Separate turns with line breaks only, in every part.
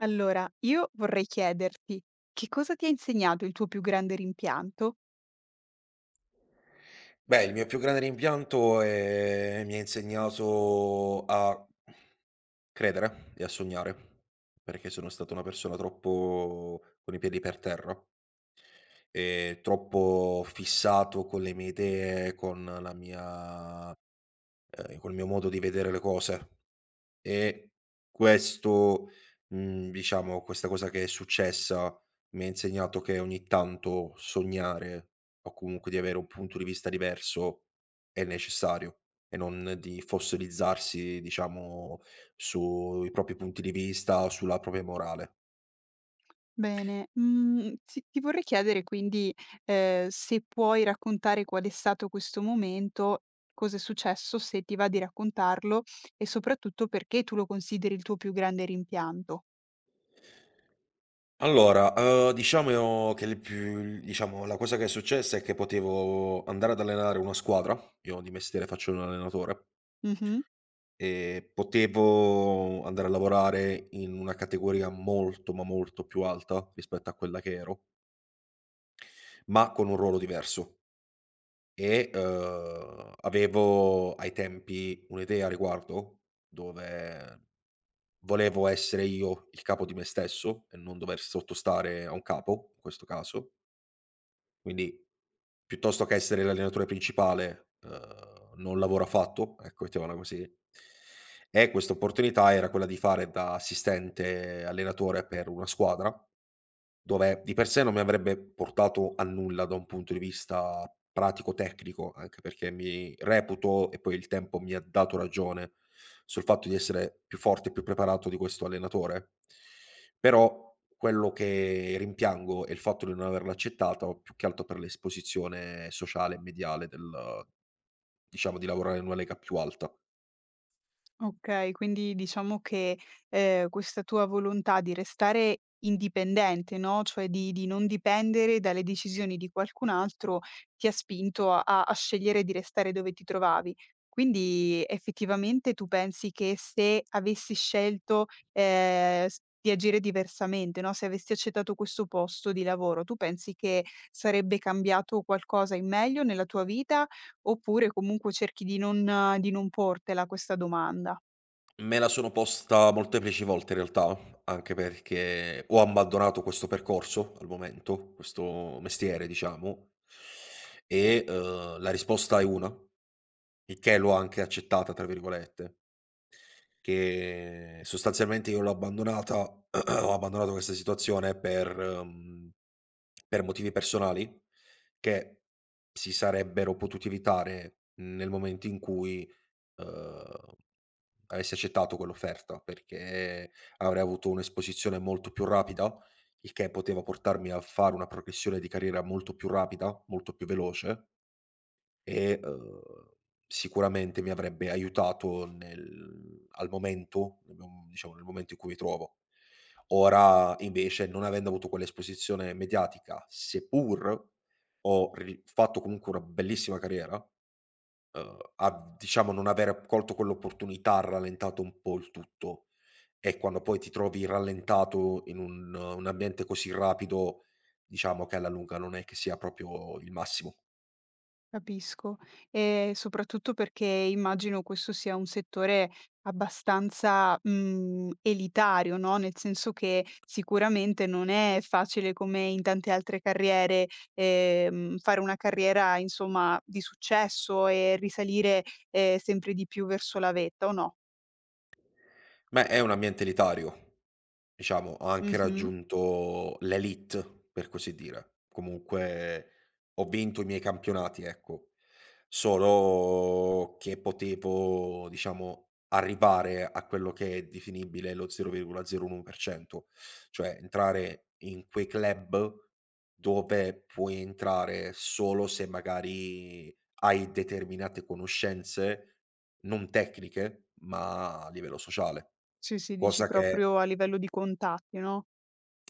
Allora, io vorrei chiederti che cosa ti ha insegnato il tuo più grande rimpianto?
Beh, il mio più grande rimpianto è mi ha insegnato a credere e a sognare, perché sono stato una persona troppo con i piedi per terra e troppo fissato con le mie idee, con la mia col mio modo di vedere le cose. E questo diciamo, questa cosa che è successa mi ha insegnato che ogni tanto sognare o comunque di avere un punto di vista diverso è necessario e non di fossilizzarsi, diciamo, sui propri punti di vista o sulla propria morale.
Bene, ti vorrei chiedere quindi, se puoi raccontare qual è stato questo momento, cosa è successo, se ti va di raccontarlo e soprattutto perché tu lo consideri il tuo più grande rimpianto.
Allora, diciamo che la cosa che è successa è che potevo andare ad allenare una squadra. Io di mestiere faccio l'allenatore.
Mh-mh.
Potevo andare a lavorare in una categoria molto, ma molto più alta rispetto a quella che ero, ma con un ruolo diverso. E, avevo ai tempi un'idea a riguardo, dove volevo essere io il capo di me stesso e non dover sottostare a un capo, in questo caso. Quindi, piuttosto che essere l'allenatore principale, non lavora affatto, ecco, mettiamola così. E questa opportunità era quella di fare da assistente allenatore per una squadra, dove di per sé non mi avrebbe portato a nulla da un punto di vista pratico-tecnico, anche perché mi reputo, e poi il tempo mi ha dato ragione, sul fatto di essere più forte e più preparato di questo allenatore. Però quello che rimpiango è il fatto di non averlo accettato, più che altro per l'esposizione sociale e mediale del diciamo, di lavorare in una lega più alta.
Okay, quindi diciamo che, questa tua volontà di restare indipendente, no, cioè di non dipendere dalle decisioni di qualcun altro, ti ha spinto a scegliere di restare dove ti trovavi. Quindi effettivamente tu pensi che se avessi scelto, s di agire diversamente, no, se avessi accettato questo posto di lavoro, tu pensi che sarebbe cambiato qualcosa in meglio nella tua vita, oppure comunque cerchi di non portela questa domanda?
Me la sono posta molteplici volte in realtà, anche perché ho abbandonato questo percorso al momento, questo mestiere diciamo. E, la risposta è una, il che l'ho anche accettata tra virgolette, che sostanzialmente io l'ho abbandonata ho abbandonato questa situazione per per motivi personali che si sarebbero potuti evitare nel momento in cui uhm, avessi accettato quell'offerta, perché avrei avuto un'esposizione molto più rapida, il che poteva portarmi a fare una progressione di carriera molto più rapida, molto più veloce. E, sicuramente mi avrebbe aiutato nel al momento, nel mom diciamo nel momento in cui mi trovo. Ora invece, non avendo avuto quell'esposizione mediatica, seppur ho ri fatto comunque una bellissima carriera. A diciamo non aver colto quell'opportunità ha rallentato un po' il tutto. E quando poi ti trovi rallentato in un ambiente così rapido, diciamo che alla lunga non è che sia proprio il massimo.
Capisco. E soprattutto perché immagino questo sia un settore abbastanza, elitario, no, nel senso che sicuramente non è facile come in tante altre carriere, fare una carriera insomma di successo e risalire, sempre di più verso la vetta, o no?
Ma è un ambiente elitario. Diciamo, ha anche
Mh-mh.
raggiunto l'élite, per così dire. Comunque ho vinto i miei campionati, ecco. Solo che potevo, diciamo, arrivare a quello che è definibile lo 0,01%, cioè entrare in quei club dove puoi entrare solo se magari hai determinate conoscenze, non tecniche, ma a livello sociale.
Sì, sì, dici
Cosa che
proprio a livello di contatti, no?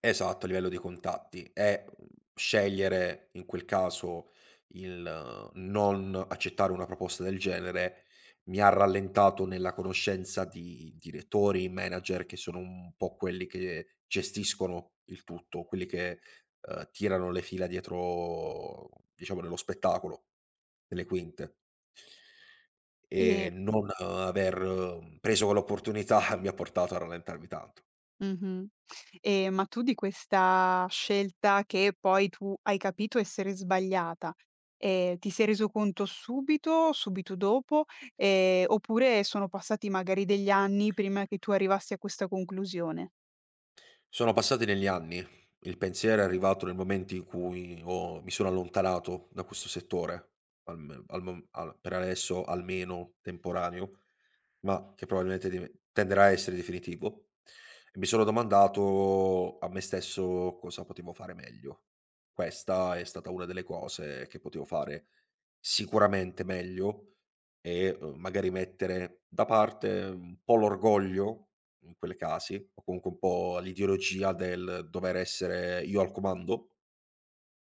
Esatto, a livello di contatti e, scegliere in quel caso il non accettare una proposta del genere, mi ha rallentato nella conoscenza di direttori, manager che sono un po' quelli che gestiscono il tutto, quelli che, tirano le fila dietro diciamo dello spettacolo, delle quinte. E
E.
non aver preso quell'opportunità mi ha portato a rallentarmi tanto.
Mh-mh. Ma tu di questa scelta che poi tu hai capito essere sbagliata, ti sei reso conto subito, subito dopo, oppure sono passati magari degli anni prima che tu arrivassi a questa conclusione?
Sono passati negli anni, il pensiero è arrivato nel momento in cui ho mi sono allontanato da questo settore, alm al mom al per adesso almeno temporaneo, ma che probabilmente div tenderà a essere definitivo. E mi sono domandato a me stesso cosa potevo fare meglio. Questa è stata una delle cose che potevo fare sicuramente meglio. E, magari mettere da parte un po' l'orgoglio, in quelle casi, o comunque un po' l'ideologia del dover essere io al comando,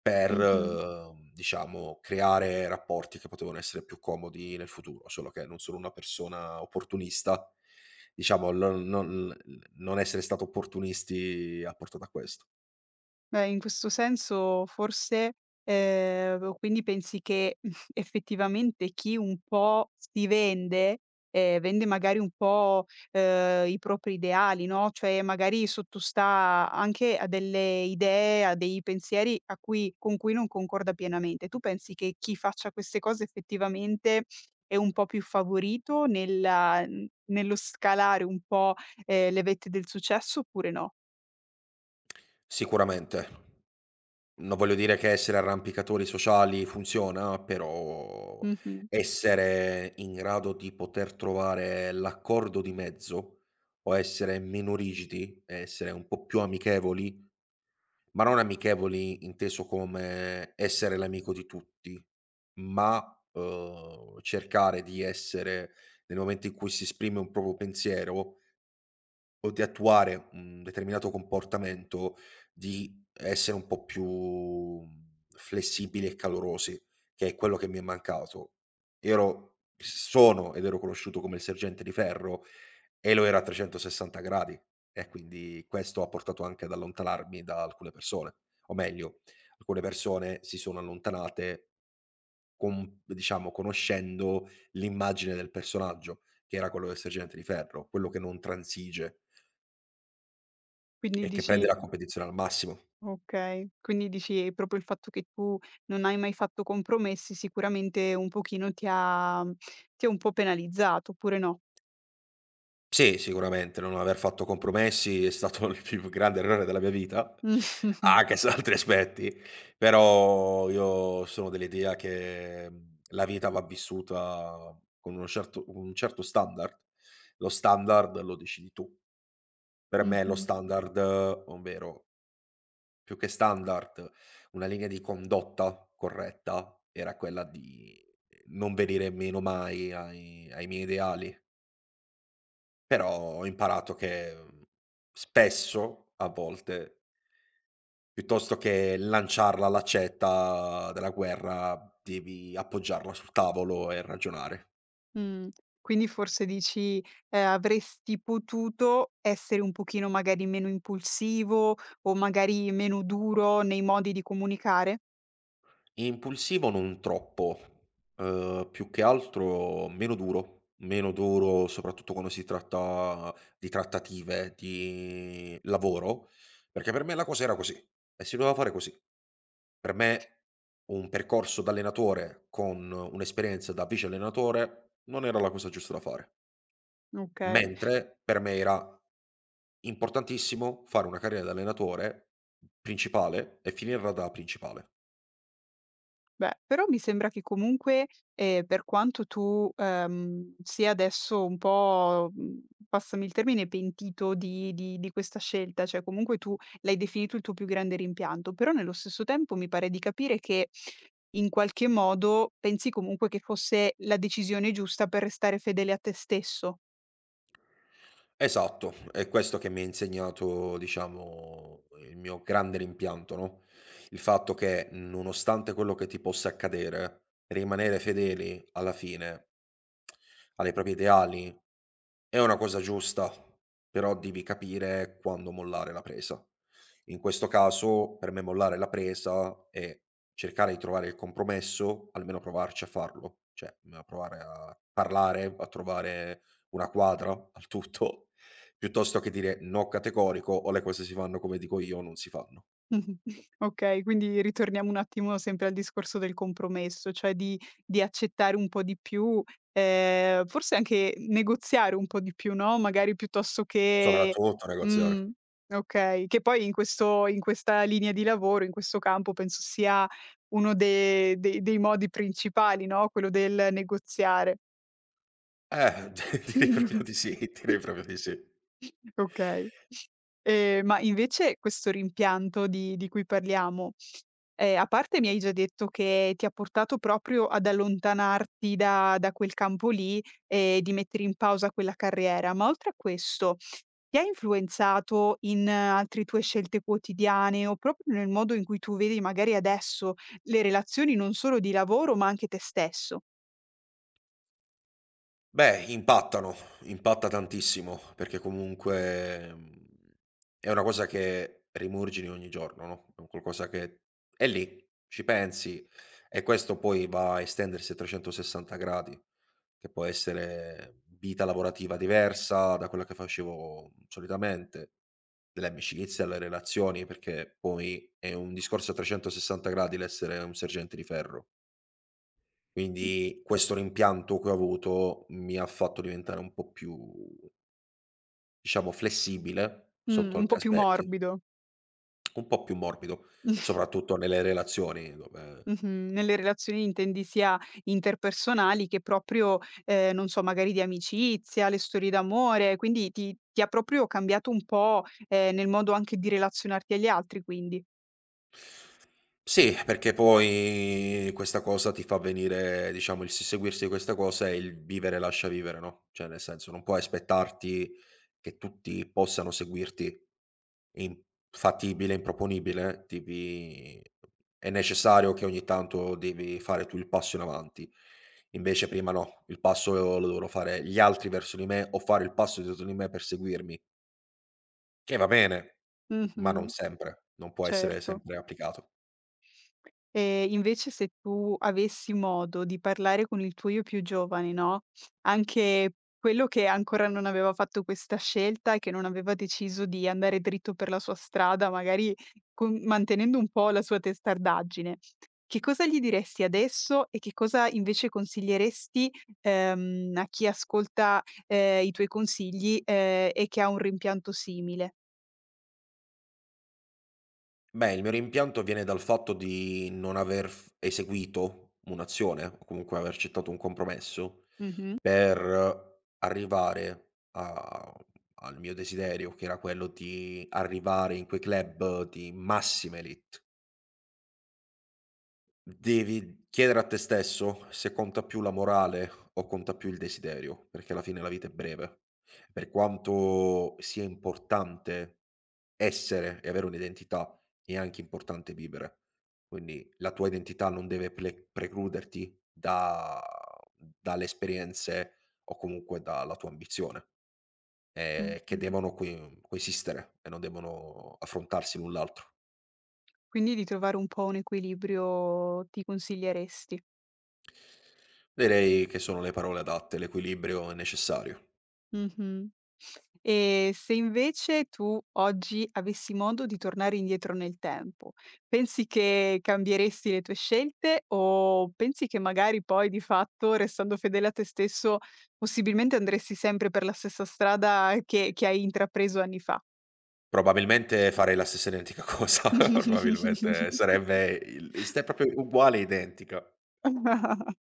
per,
Mh-mh.
diciamo creare rapporti che potevano essere più comodi nel futuro, solo che non sono una persona opportunista, diciamo lo non l non essere stato opportunisti ha portato a questo.
Beh, in questo senso forse, quindi pensi che effettivamente chi un po' si vende, vende magari un po', i propri ideali, no, cioè magari sottostà anche a delle idee, a dei pensieri a cui con cui non concorda pienamente. Tu pensi che chi faccia queste cose effettivamente è un po' più favorito nella n nello scalare un po', le vette del successo oppure no?
Sicuramente. Non voglio dire che essere arrampicatori sociali funziona, però
Mh-mh.
essere in grado di poter trovare l'accordo di mezzo o essere meno rigidi, essere un po' più amichevoli, ma non amichevoli inteso come essere l'amico di tutti, ma, cercare di essere nel momento in cui si esprime un proprio pensiero o di attuare un determinato comportamento, di essere un po' più, flessibili e calorosi, che è quello che mi è mancato. Io ero Sono ed ero conosciuto come il sergente di ferro e lo ero a 360 gradi e quindi questo ha portato anche ad allontanarmi da alcune persone, o meglio, alcune persone si sono allontanate con diciamo, conoscendo l'immagine del personaggio, che era quello del sergente di ferro, quello che non transige.
Quindi
E che prende
dici.
la competizione al massimo.
Okay, quindi dici proprio il fatto che tu non hai mai fatto compromessi sicuramente un pochino ti ha un po' penalizzato, oppure no?
Sì, sicuramente non aver fatto compromessi è stato il più grande errore della mia vita, anche su altri aspetti, però io sono dell'idea che, la vita va vissuta con un certo standard. Lo standard lo decidi tu. Per me lo
Mh-mh,
standard, ovvero più che standard, una linea di condotta corretta era quella di non venire meno mai ai miei ideali. Però ho imparato che, spesso, a volte, piuttosto che lanciarla all'accetta della guerra, devi appoggiarla sul tavolo e ragionare.
mh. Quindi forse dici, avresti potuto essere un pochino magari meno impulsivo o magari meno duro nei modi di comunicare?
Impulsivo non troppo, più che altro meno duro soprattutto quando si tratta di trattative, di lavoro, perché per me la cosa era così e si doveva fare così. Per me un percorso da allenatore con un'esperienza da vice allenatore non era la cosa giusta da fare,
Okay.
mentre per me era importantissimo fare una carriera da allenatore principale e finirla da principale.
Beh, però mi sembra che comunque, per quanto tu, sia adesso un po', passami il termine, pentito di questa scelta, cioè comunque tu l'hai definito il tuo più grande rimpianto, però nello stesso tempo mi pare di capire che in qualche modo pensi comunque che fosse la decisione giusta per restare fedele a te stesso.
Esatto, è questo che mi ha insegnato, diciamo, il mio grande rimpianto, no, il fatto che nonostante quello che ti possa accadere, rimanere fedeli alla fine alle proprie ideali è una cosa giusta, però devi capire quando mollare la presa. In questo caso, per me mollare la presa è cercare di trovare il compromesso, almeno provarci a farlo, cioè, a provare a parlare, a trovare una quadra al tutto. Piuttosto che dire no categorico o le cose si fanno come dico io o non si fanno.
Okay, quindi ritorniamo un attimo sempre al discorso del compromesso, cioè di accettare un po' di più, forse anche negoziare un po' di più, no, magari piuttosto
Certo.
che.
Soprattutto
Mh,
negoziare.
okay, che poi in questa linea di lavoro, in questo campo penso sia uno de dei dei modi principali, no, quello del negoziare.
Eh, direi proprio di sì, direi proprio di sì.
Okay. Ma invece questo rimpianto di cui parliamo. A parte mi hai già detto che ti ha portato proprio ad allontanarti da quel campo lì e di mettere in pausa quella carriera, ma oltre a questo ti ha influenzato in altri tue scelte quotidiane o proprio nel modo in cui tu vedi magari adesso le relazioni non solo di lavoro, ma anche te stesso?
Beh, impattano, impatta tantissimo, perché comunque, è una cosa che rimurgini ogni giorno, no, è un qualcosa che è lì, ci pensi e questo poi va a estendersi a 360 gradi, che può essere vita lavorativa diversa da quella che facevo solitamente, delle amicizie alle relazioni, perché poi è un discorso a 360 gradi l'essere un sergente di ferro.
Mh,
Quindi questo rimpianto che ho avuto mi ha fatto diventare un po' più, diciamo, flessibile sotto
un
altri
po' più
aspetti,
morbido.
un po' più morbido, soprattutto nelle relazioni dove.
Mh-mh. Nelle relazioni intendi sia interpersonali che proprio, non so, magari di amicizia, le storie d'amore, quindi ti ha proprio cambiato un po', nel modo anche di relazionarti agli altri quindi.
Sì, perché poi questa cosa ti fa venire diciamo il susseguirsi di questa cosa è il vivere lascia vivere, no, cioè nel senso non puoi aspettarti che tutti possano seguirti. Infattibile, improponibile, devi è necessario che ogni tanto devi fare tu il passo in avanti. Invece prima no, il passo lo devono fare gli altri verso di me o fare il passo dietro di me per seguirmi, che va bene, ma non
Mh-mh,
sempre, non può essere
certo.
sempre applicato.
E invece se tu avessi modo di parlare con il tuo io più giovane, no, anche quello che ancora non aveva fatto questa scelta e che non aveva deciso di andare dritto per la sua strada, magari con mantenendo un po' la sua testardaggine, che cosa gli diresti adesso e che cosa invece consiglieresti, a chi ascolta, i tuoi consigli, e che ha un rimpianto simile?
Beh, il mio rimpianto viene dal fatto di non aver f eseguito un'azione, o comunque aver accettato un compromesso
Mh-mh.
per arrivare a al mio desiderio, che era quello di arrivare in quei club di massima élite. Devi chiedere a te stesso se conta più la morale o conta più il desiderio, perché alla fine la vita è breve. Per quanto sia importante essere e avere un'identità, è anche importante vivere. Quindi la tua identità non deve precluderti dalle esperienze o comunque dalla tua ambizione, che
Mh.
devono coesistere e non devono affrontarsi l'un l'altro.
Quindi di trovare un po' un equilibrio ti consiglieresti.
Direi che sono le parole adatte, l'equilibrio è necessario.
Mh-mh. E se invece tu oggi avessi modo di tornare indietro nel tempo, pensi che cambieresti le tue scelte o pensi che magari poi di fatto, restando fedele a te stesso, possibilmente andresti sempre per la stessa strada che hai intrapreso anni fa?
Probabilmente farei la stessa identica cosa, probabilmente sarebbe il ste proprio uguale, identica.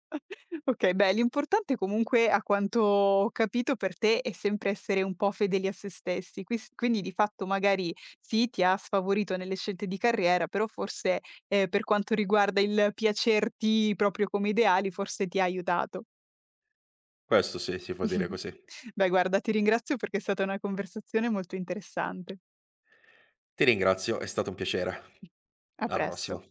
Okay, beh, l'importante comunque, a quanto ho capito, per te è sempre essere un po' fedeli a se stessi. Quis quindi di fatto magari sì, ti ha sfavorito nelle scelte di carriera, però forse, per quanto riguarda il piacerti proprio come ideali, forse ti ha aiutato.
Questo sì, si può dire così.
Beh guarda, ti ringrazio perché è stata una conversazione molto interessante.
Ti ringrazio, è stato un piacere.
A
Alla
presto.
prossima.